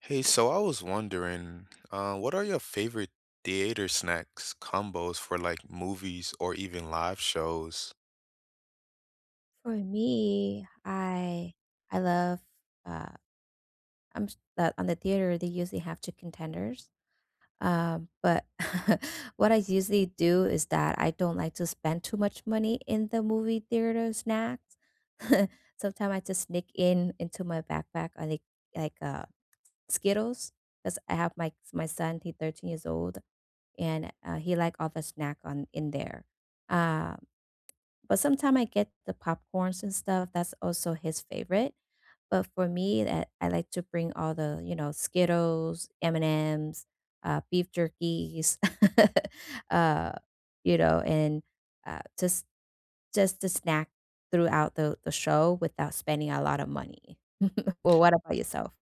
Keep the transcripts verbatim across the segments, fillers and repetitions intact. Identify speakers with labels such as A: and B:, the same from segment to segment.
A: Hey, so I was wondering, uh, what are your favorite theater snacks combos for like movies or even live shows?
B: For me, I I love uh I'm s- that on the theater they usually have chicken tenders. Um, but what I usually do is that I don't like to spend too much money in the movie theater snacks. Sometimes I just sneak in into my backpack I like like uh Skittles because I have my my son, he's thirteen years old and uh, he like all the snack on in there. Um but sometimes I get the popcorns and stuff. That's also his favorite. But for me, that I like to bring all the, you know, Skittles, M&Ms, uh, beef jerkies, uh, you know, and uh, just just to snack throughout the the show without spending a lot of money. Well, what about yourself?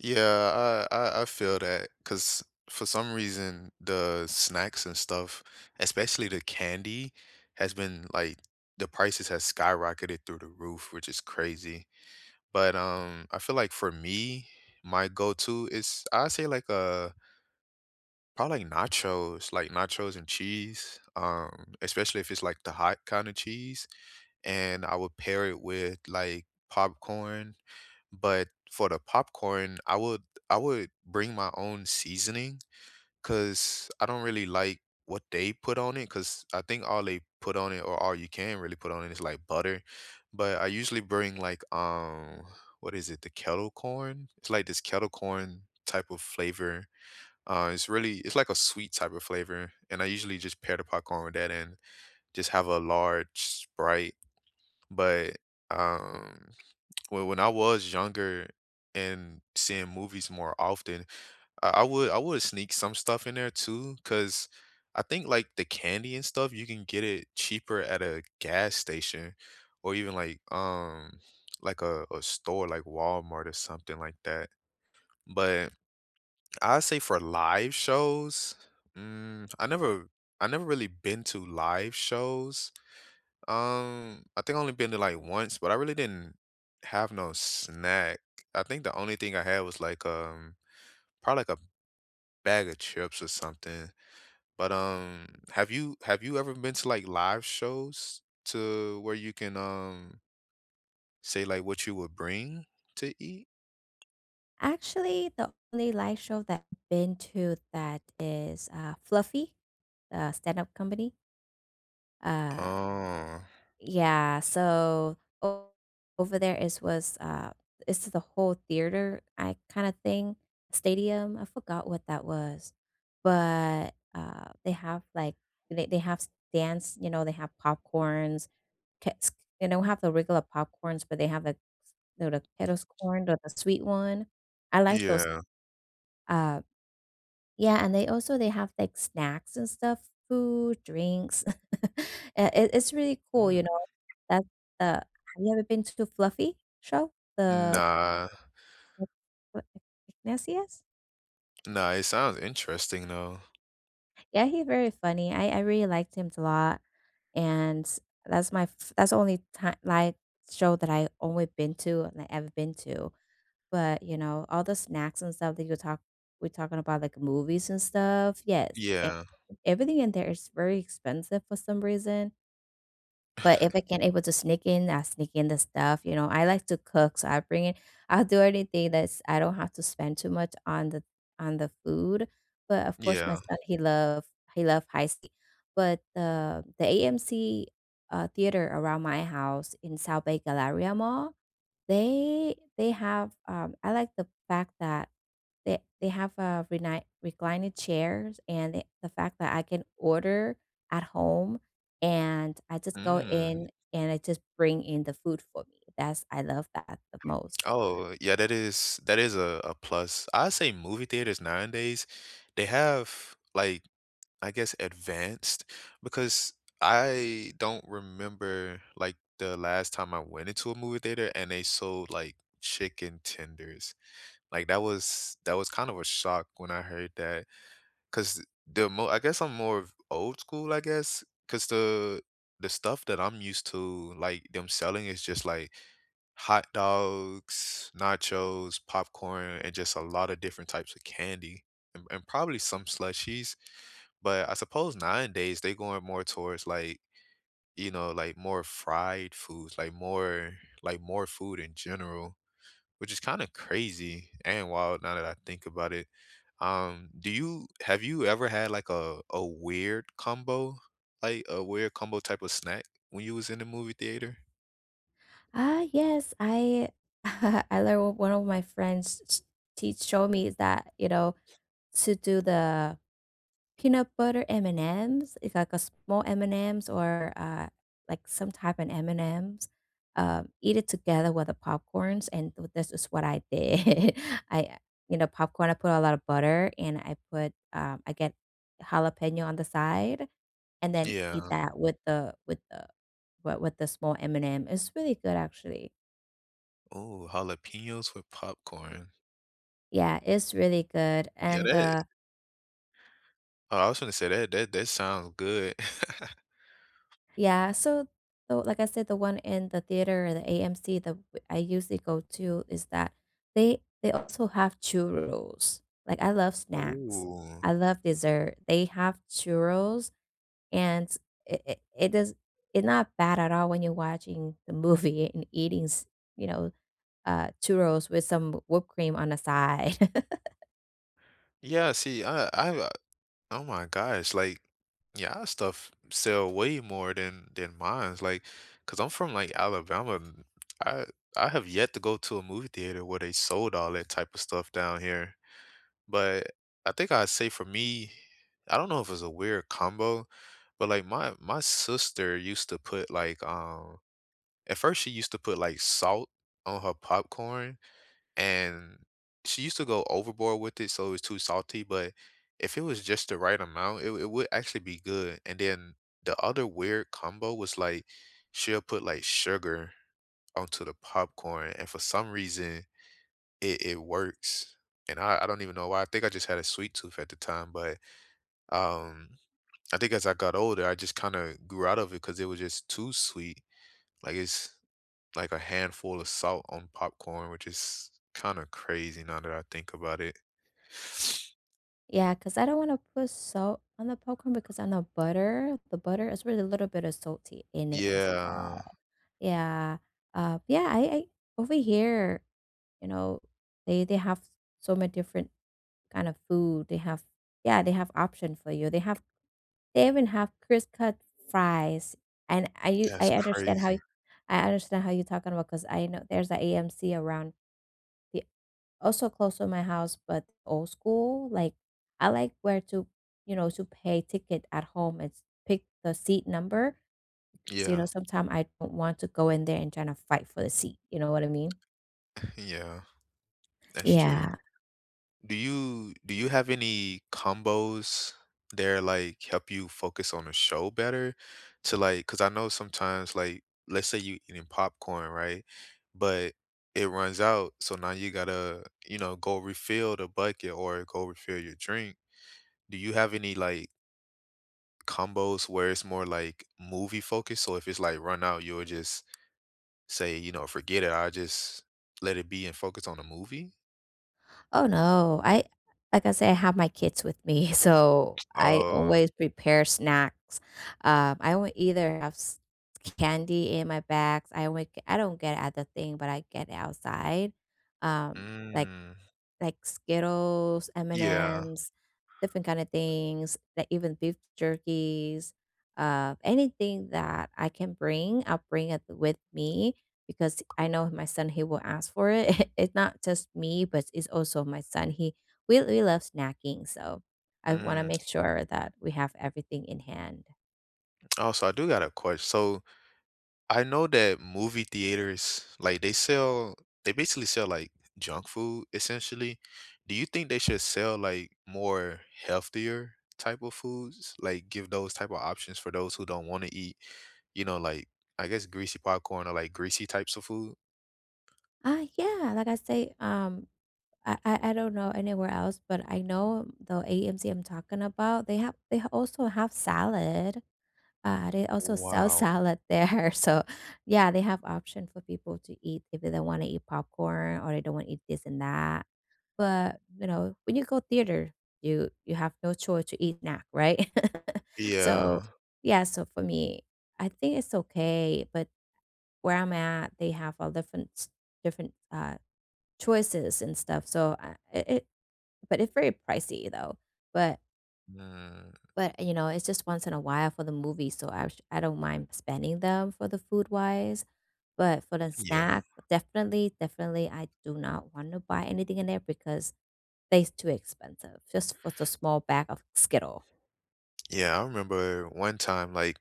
A: Yeah, I, I, I feel that because for some reason the snacks and stuff, especially the candy, has been like the prices has skyrocketed through the roof, which is crazy. But um, I feel like for me, my go-to is I say like a Probably like nachos, like nachos and cheese, um, especially if it's like the hot kind of cheese, and I would pair it with like popcorn. But for the popcorn, I would I would bring my own seasoning because I don't really like what they put on it because I think all they put on it or all you can really put on it is like butter. But I usually bring like um what is it, the kettle corn? It's like this kettle corn type of flavor uh, it's really it's like a sweet type of flavor, and I usually just pair the popcorn with that and just have a large Sprite. But um, when when I was younger and seeing movies more often, I, I would I would sneak some stuff in there too, because I think like the candy and stuff you can get it cheaper at a gas station or even like um like a, a store like Walmart or something like that. But I say for live shows, mm, I never I never really been to live shows. Um, I think I only been to like once, but I really didn't have no snack. I think the only thing I had was like um probably like a bag of chips or something. But um have you have you ever been to like live shows to where you can um say like what you would bring to eat?
B: Actually, the only live show that I've been to that is uh, Fluffy, the stand-up company. Uh,
A: Oh,
B: Yeah, so o over there it was, uh it's the whole theater I kinda thing, stadium, I forgot what that was, but, uh, they have, like they they have dance. You know, they have popcorns, kets they don't have the regular popcorns, but they have the the the Kettle corn, or the sweet one. I like those,
A: yeah.
B: uh yeah, and they also they have like snacks and stuff, food, drinks. Uh, it, it's really cool,
A: Mm.
B: you know. That uh, Have you ever been to Fluffy show? The
A: Nah,
B: what- Ignatius?
A: nah, it sounds interesting though.
B: Yeah, he's very funny. I I really liked him a lot, and that's my f- that's the only time like show that I only been to and I ever been to. But you know, all the snacks and stuff that you talk we're talking about like movies and stuff. Yes, and
A: Yeah,
B: everything in there is very expensive for some reason. But if I can able to sneak in, I sneak in the stuff, you know. I like to cook, so I bring it. I'll do anything that's I don't have to spend too much on the on the food. But of course my
A: yeah.
B: son, he love he love high sea. But the the A M C uh, theater around my house in South Bay Galleria Mall, they they have um I like the fact that they they have a reni reclining chairs, and the the fact that I can order at home, and I just go
A: Mm.
B: in, and I just bring in the food for me. That's I love that the most.
A: Oh, yeah, that is that is a, a plus. I say movie theaters nowadays, they have like I guess advanced because I don't remember like the last time I went into a movie theater and they sold like chicken tenders. Like that was that was kind of a shock when I heard that because the mo I guess I'm more of old school, I guess, because the the stuff that I'm used to, like them selling is just like hot dogs, nachos, popcorn, and just a lot of different types of candy and, and probably some slushies. But I suppose nowadays they going more towards like, you know, like more fried foods, like more like more food in general, which is kind of crazy and wild now that I think about it. Um, do you have you ever had like a a weird combo, like a weird combo type of snack when you was in the movie theater?
B: Ah, yes, I I learned what one of my friends s- teach showed me is that, you know, to do the Peanut butter M&Ms, it's like a small M&Ms or, uh, like some type of M&Ms, um, eat it together with the popcorns, and th this is what I did. I You know, popcorn, I put a lot of butter, and I put, um I get jalapeno on the side, and then eat
A: Yeah.
B: that with the with the with with the small M and M. It's really good, actually.
A: Oh, jalapenos with popcorn.
B: Yeah, it's really good,
A: Yeah,
B: and,
A: that
B: uh
A: oh, I was gonna say that that that sounds good.
B: Yeah, so so like I said, the one in the theater or the A M C that w- I usually go to is that they they also have churros. Like I love snacks.
A: Ooh.
B: I love dessert. They have churros and it, it, it does it's not bad at all when you're watching the movie and eating, s- you know, uh churros with some whipped cream on the side.
A: Yeah, see, I I oh my gosh, like yeah all stuff sell way more than than mine's, like, because 'cause I'm from like Alabama. And I I have yet to go to a movie theater where they sold all that type of stuff down here. But I think I'd say for me, I don't know if it's a weird combo, but like my my sister used to put like um at first, she used to put, like, salt on her popcorn, and she used to go overboard with it, so it was too salty, but if it was just the right amount, it it would actually be good, and then the other weird combo was, like, she'll put, like, sugar onto the popcorn, and for some reason, it it works, and I I don't even know why. I think I just had a sweet tooth at the time, but, um, I think as I got older, I just kinda grew out of it because it was just too sweet, like, it's like a handful of salt on popcorn, which is kind of crazy now that I think about it.
B: Yeah, because I don't want to put salt on the popcorn because I know butter, the butter is really a little bit of salty in it as
A: Yeah,
B: well. Yeah. Uh, yeah, I, I Over here, you know, they they have so many different kind of food. They have yeah, they have option for you. They have they even have crisp cut fries. And I u- I
A: that's
B: understand how
A: crazy.
B: you- I understand how you're talking about because I know there's an a AMC around the also close to my house, but old school. Like I like where to you know to pay ticket at home and s- pick the seat number. You know,
A: Yeah,
B: sometimes I don't want to go in there and trying to fight for the seat, you know what I mean?
A: yeah, that's true.
B: Yeah.
A: Do you do you have any combos there like help you focus on the show better? To like, because I know sometimes like let's say you eating popcorn, right? But it runs out, so now you gotta you know go refill the bucket or go refill your drink. Do you have any like combos where it's more like movie focused? So if it's like run out, you'll just say, you know, forget it. I just let it be and focus on the movie.
B: Oh, no, I like I said, I have my kids with me, so I
A: Oh,
B: always prepare snacks. Um, I will either have s candy in my bags, I would I don't get at the thing, but I get it outside, um, like
A: mm,
B: like Skittles,
A: yeah.
B: M&Ms, different kind of things, like even beef jerkies, uh, anything that I can bring, I'll bring it with me because I know my son he will ask for it. It's not just me, but it's also my son. He we we love snacking, so I want to
A: Mm.
B: make sure that we have everything in hand.
A: Oh, so I do got a question. So I know that movie theaters, like they sell, they basically sell like junk food essentially. Do you think they should sell like more healthier type of foods? Like give those type of options for those who don't want to eat, you know, like I guess greasy popcorn or like greasy types of food?
B: Uh yeah, like I say, um, I, I I don't know anywhere else, but I know the A M C I'm talking about. They have they ha- also have salad. Uh, they also sell
A: Wow.
B: salad there. So yeah, they have option for people to eat if they don't want to eat popcorn or they don't want to eat this and that. But you know, when you go theater, you you have no choice to eat snack, right? So
A: Yeah.
B: yeah, so for me, I think it's okay. But where I'm at, they have all different s- different uh choices and stuff. So I, it, it- but it's very pricey though. But
A: Mm,
B: but, you know, it's just once in a while for the movie, so I sh I don't mind spending them for the food-wise, but for the
A: yeah.
B: snack, definitely, definitely, I do not want to buy anything in there because they're too expensive just for the small bag of Skittle.
A: Yeah. I remember one time, like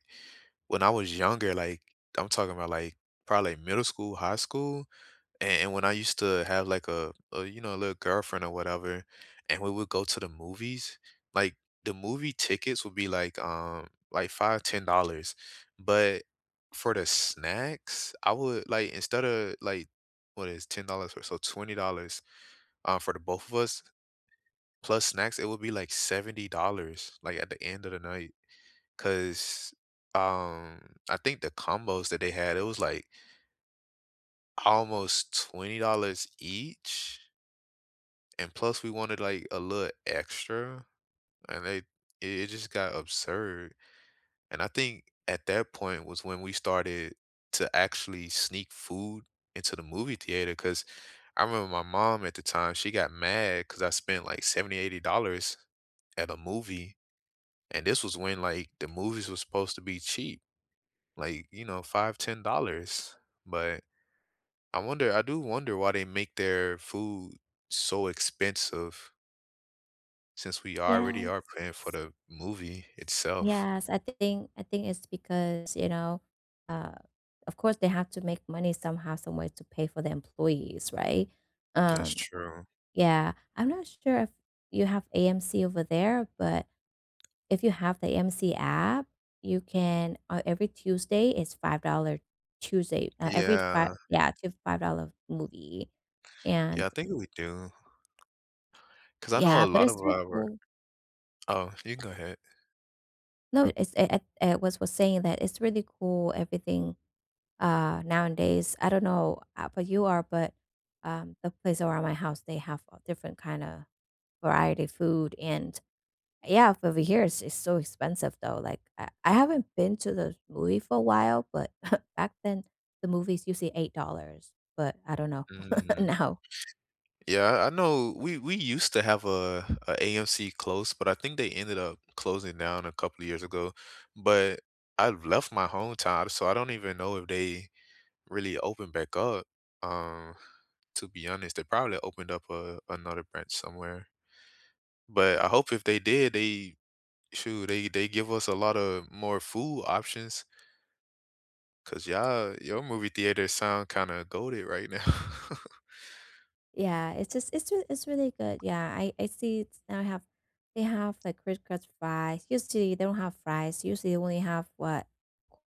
A: when I was younger, like I'm talking about like probably middle school, high school. And, and when I used to have like a, a you know a little girlfriend or whatever, and we would go to the movies, like the movie tickets would be like um like five ten dollars, but for the snacks I would like, instead of like what is ten dollars for so twenty dollars um for the both of us plus snacks, it would be like seventy dollars like at the end of the night, because um I think the combos that they had it was like almost twenty dollars each, and plus we wanted like a little extra, and they it, it just got absurd. And I think at that point was when we started to actually sneak food into the movie theater, because I remember my mom at the time, she got mad because I spent like seventy, eighty dollars at a movie, and this was when like the movies were supposed to be cheap, like you know five ten dollars. But i wonder i do wonder why they make their food so expensive, since we already
B: Yes.
A: are paying for the movie itself.
B: Yes, I think I think it's because, you know, uh, of course they have to make money somehow, some way to pay for the employees, right?
A: That's
B: Um,
A: true.
B: yeah, I'm not sure if you have A M C over there, but if you have the A M C app, you can uh, every Tuesday is five dollar Tuesday. Uh, every five,
A: Yeah.
B: yeah, to Five dollar movie,
A: Yeah,
B: and
A: I think we do. 'Cause I know
B: yeah,
A: a
B: but
A: lot
B: it's
A: of
B: really
A: our...
B: cool.
A: Oh, you can go ahead.
B: No, it's I, I I was was saying that it's really cool. Everything uh, nowadays. I don't know uh, but you are, but um, The place around my house they have a different kind of variety food. And yeah, f- over here it's, it's so expensive though. Like I, I haven't been to the movie for a while, but back then the movies used usually eight dollars. But I don't know
A: Mm.
B: now.
A: Yeah, I know we we used to have a AMC close, but I think they ended up closing down a couple of years ago. But I left my hometown, so I don't even know if they really opened back up. Um, to be honest, they probably opened up a another branch somewhere. But I hope if they did, they shoot, they they give us a lot of more food options, because y'all your movie theater sound kind of goaded right now.
B: Yeah, it's just it's re it's really good. Yeah, I I see it's now have they have like criss-cross fries. Usually they don't have fries. Usually they only have what?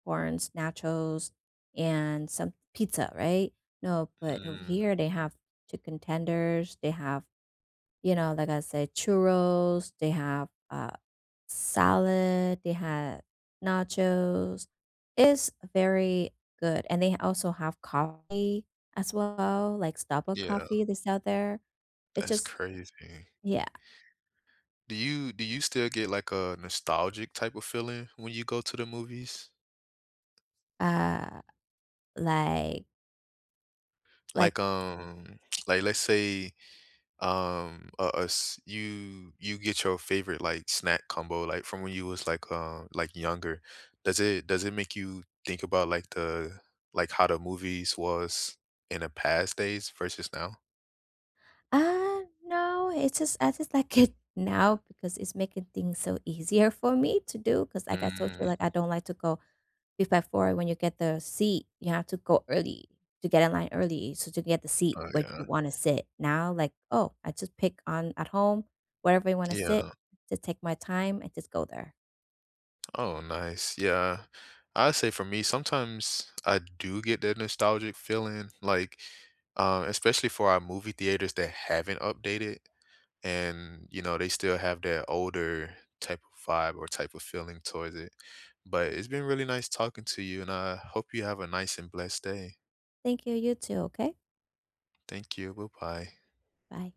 B: Corns, nachos, and some pizza, right? No, but over
A: Mm,
B: here they have chicken tenders. They have, you know, like I said, churros. They have uh salad, they had nachos. It's very good, and they also have coffee as well, like Starbucks
A: yeah,
B: coffee they sell there. It's
A: that's
B: just
A: crazy.
B: yeah,
A: Do you do you still get like a nostalgic type of feeling when you go to the movies?
B: uh, like like,
A: Like um, like let's say um uh, us you you get your favorite like snack combo like from when you was like um like younger, does it does it make you think about like the like how the movies was in the past days versus now?
B: uh, No, it's just I just like it now because it's making things so easier for me to do, 'cause like I told you,
A: Mm,
B: like, I don't like to go three five four, when you get the seat, you have to go early to get in line early, so to get the seat
A: oh,
B: where you
A: yeah,
B: wanna sit. Now, like, "Oh, I just pick on at home, wherever I wanna sit,
A: yeah.
B: just take my time and just go there."
A: Oh, nice. Yeah, I say for me sometimes I do get that nostalgic feeling, like um especially for our movie theaters that haven't updated, and you know they still have that older type of vibe or type of feeling towards it. But it's been really nice talking to you, and I hope you have a nice and blessed day.
B: Thank you, you too, okay?
A: Thank you, bye bye.
B: Bye.